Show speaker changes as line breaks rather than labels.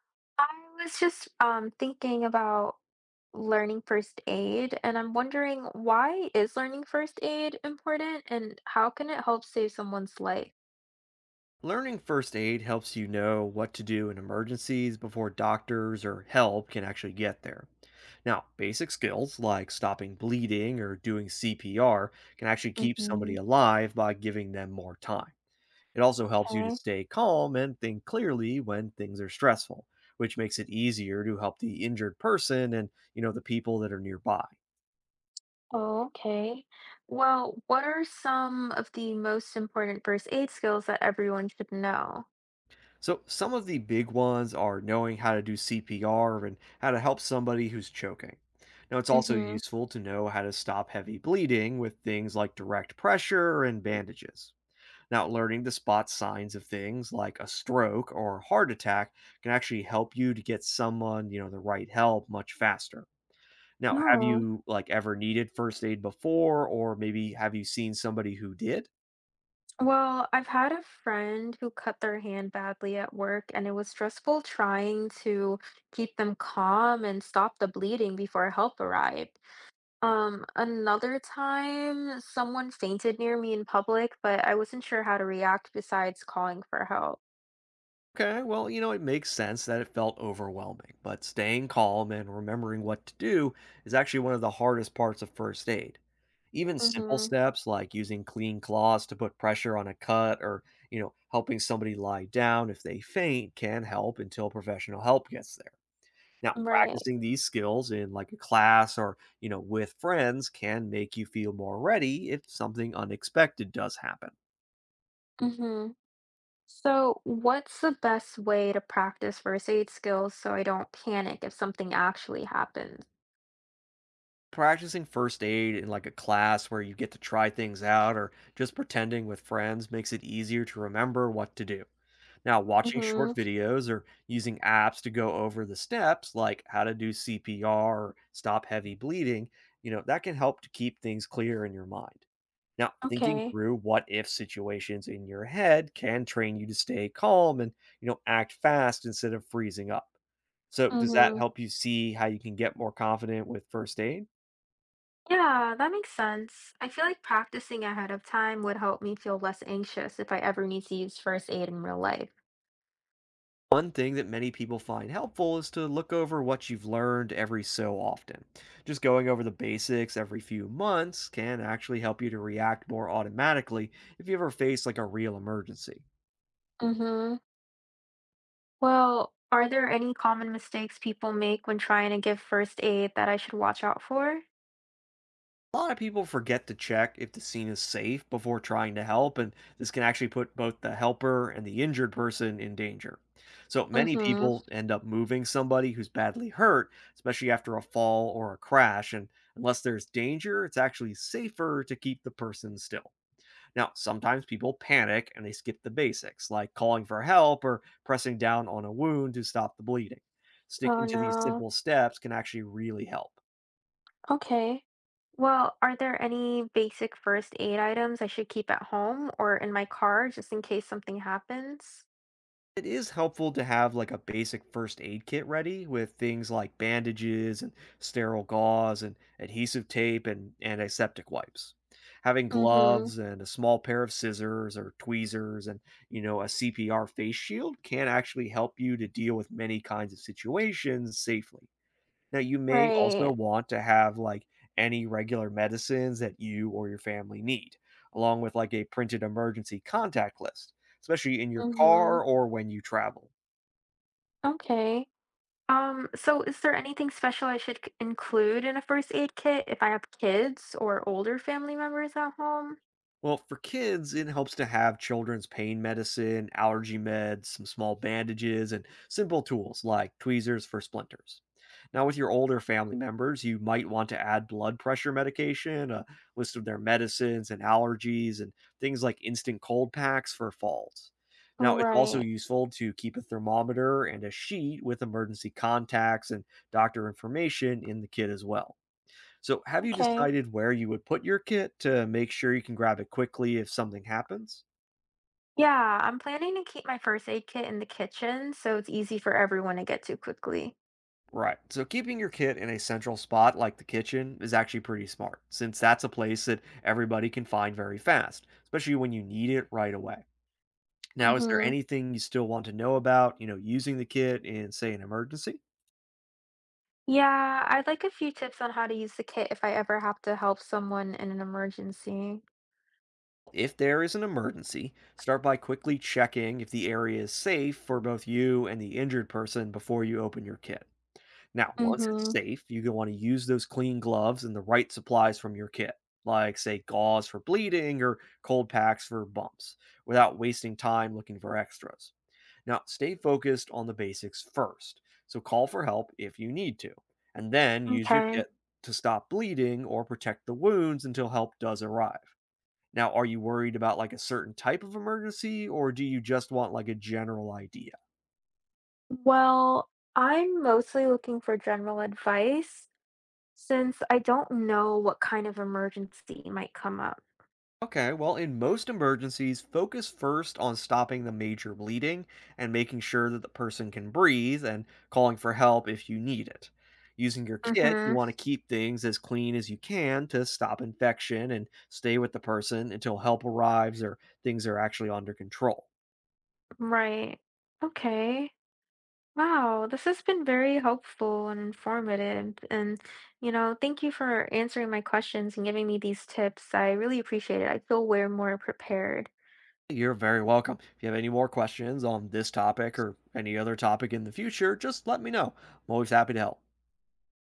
I was just thinking about learning first aid, and I'm wondering why is learning first aid important and how can it help save someone's life?
Learning first aid helps you know what to do in emergencies before doctors or help can actually get there. Now, basic skills like stopping bleeding or doing CPR can actually keep somebody
Hmm.
alive by giving them more time. It also helps you to
Okay.
stay calm and think clearly when things are stressful, which makes it easier to help the injured person and, you know, the people that are nearby.
Oh, okay. Well, what are some of the most important first aid skills that everyone should know?
So, some of the big ones are knowing how to do CPR and how to help somebody who's choking. Now, it's also
Mm-hmm.
useful to know how to stop heavy bleeding with things like direct pressure and bandages. Now, learning to spot signs of things like a stroke or heart attack can actually help you to get someone, you know, the right help much faster. Now, have
Oh,
you, like, ever needed first aid before, or maybe have you seen somebody who did?
well, I've had a friend who cut their hand badly at work, and it was stressful trying to keep them calm and stop the bleeding before help arrived. Another time, someone fainted near me in public, but I wasn't sure how to react besides calling for help.
Okay, well, you know, it makes sense that it felt overwhelming, but staying calm and remembering what to do is actually one of the hardest parts of first aid. Even simple
Mm-hmm.
steps like using clean cloths to put pressure on a cut or, you know, helping somebody lie down if they faint can help until professional help gets there. Now,
Right.
practicing these skills in like a class or, you know, with friends can make you feel more ready if something unexpected does happen.
Mm-hmm. So, what's the best way to practice first aid skills so I don't panic if something actually happens?
Practicing first aid in like a class where you get to try things out or just pretending with friends makes it easier to remember what to do. Now, watching
Mm-hmm.
short videos or using apps to go over the steps, like how to do CPR or stop heavy bleeding, you know, that can help to keep things clear in your mind. Now, thinking
Okay.
through what if situations in your head can train you to stay calm and, you know, act fast instead of freezing up. So, does that
Mm-hmm.
help you see how you can get more confident with first aid?
Yeah, that makes sense. I feel like practicing ahead of time would help me feel less anxious if I ever need to use first aid in real life.
One thing that many people find helpful is to look over what you've learned every so often. Just going over the basics every few months can actually help you to react more automatically if you ever face like a real emergency.
Mm-hmm. Well, are there any common mistakes people make when trying to give first aid that I should watch out for?
A lot of people forget to check if the scene is safe before trying to help, and this can actually put both the helper and the injured person in danger. So many
Mm-hmm.
people end up moving somebody who's badly hurt, especially after a fall or a crash. And unless there's danger, it's actually safer to keep the person still. Now, sometimes people panic and they skip the basics, like calling for help or pressing down on a wound to stop the bleeding.
Oh
Sticking to these
no.
simple steps can actually really help.
Okay. Well, are there any basic first aid items I should keep at home or in my car just in case something happens?
It is helpful to have like a basic first aid kit ready with things like bandages and sterile gauze and adhesive tape and antiseptic wipes. Having
Mm-hmm.
gloves and a small pair of scissors or tweezers and, you know, a CPR face shield can actually help you to deal with many kinds of situations safely. Now, you may also
Right.
want to have like any regular medicines that you or your family need, along with like a printed emergency contact list, especially in your car
Mm-hmm.
or when you travel.
Okay. So is there anything special I should include in a first aid kit if I have kids or older family members at home?
Well, for kids, it helps to have children's pain medicine, allergy meds, some small bandages, and simple tools like tweezers for splinters. Now, with your older family members, you might want to add blood pressure medication, a list of their medicines and allergies, and things like instant cold packs for falls. Now, it's also
Right.
useful to keep a thermometer and a sheet with emergency contacts and doctor information in the kit as well. So, have you
Okay.
decided where you would put your kit to make sure you can grab it quickly if something happens?
Yeah, I'm planning to keep my first aid kit in the kitchen so it's easy for everyone to get to quickly.
Right. So, keeping your kit in a central spot like the kitchen is actually pretty smart, since that's a place that everybody can find very fast, especially when you need it right away. Now, is there
Mm-hmm.
anything you still want to know about, you know, using the kit in, say, an emergency?
Yeah, I'd like a few tips on how to use the kit if I ever have to help someone in an emergency.
If there is an emergency, start by quickly checking if the area is safe for both you and the injured person before you open your kit. Now, once it's
Mm-hmm.
safe, you're gonna wanna use those clean gloves and the right supplies from your kit, like, say, gauze for bleeding or cold packs for bumps, without wasting time looking for extras. Now, stay focused on the basics first, so call for help if you need to, and then use your
Okay.
kit to stop bleeding or protect the wounds until help does arrive. Now, are you worried about, like, a certain type of emergency, or do you just want, like, a general idea?
Well, I'm mostly looking for general advice since I don't know what kind of emergency might come up.
Okay, well, in most emergencies, focus first on stopping the major bleeding and making sure that the person can breathe and calling for help if you need it. Using your kit, you
Mm-hmm.
want to keep things as clean as you can to stop infection and stay with the person until help arrives or things are actually under control.
Right. Okay. Wow, this has been very helpful and informative. And, you know, thank you for answering my questions and giving me these tips. I really appreciate it. I feel way more prepared.
You're very welcome. If you have any more questions on this topic or any other topic in the future, just let me know. I'm always happy to help.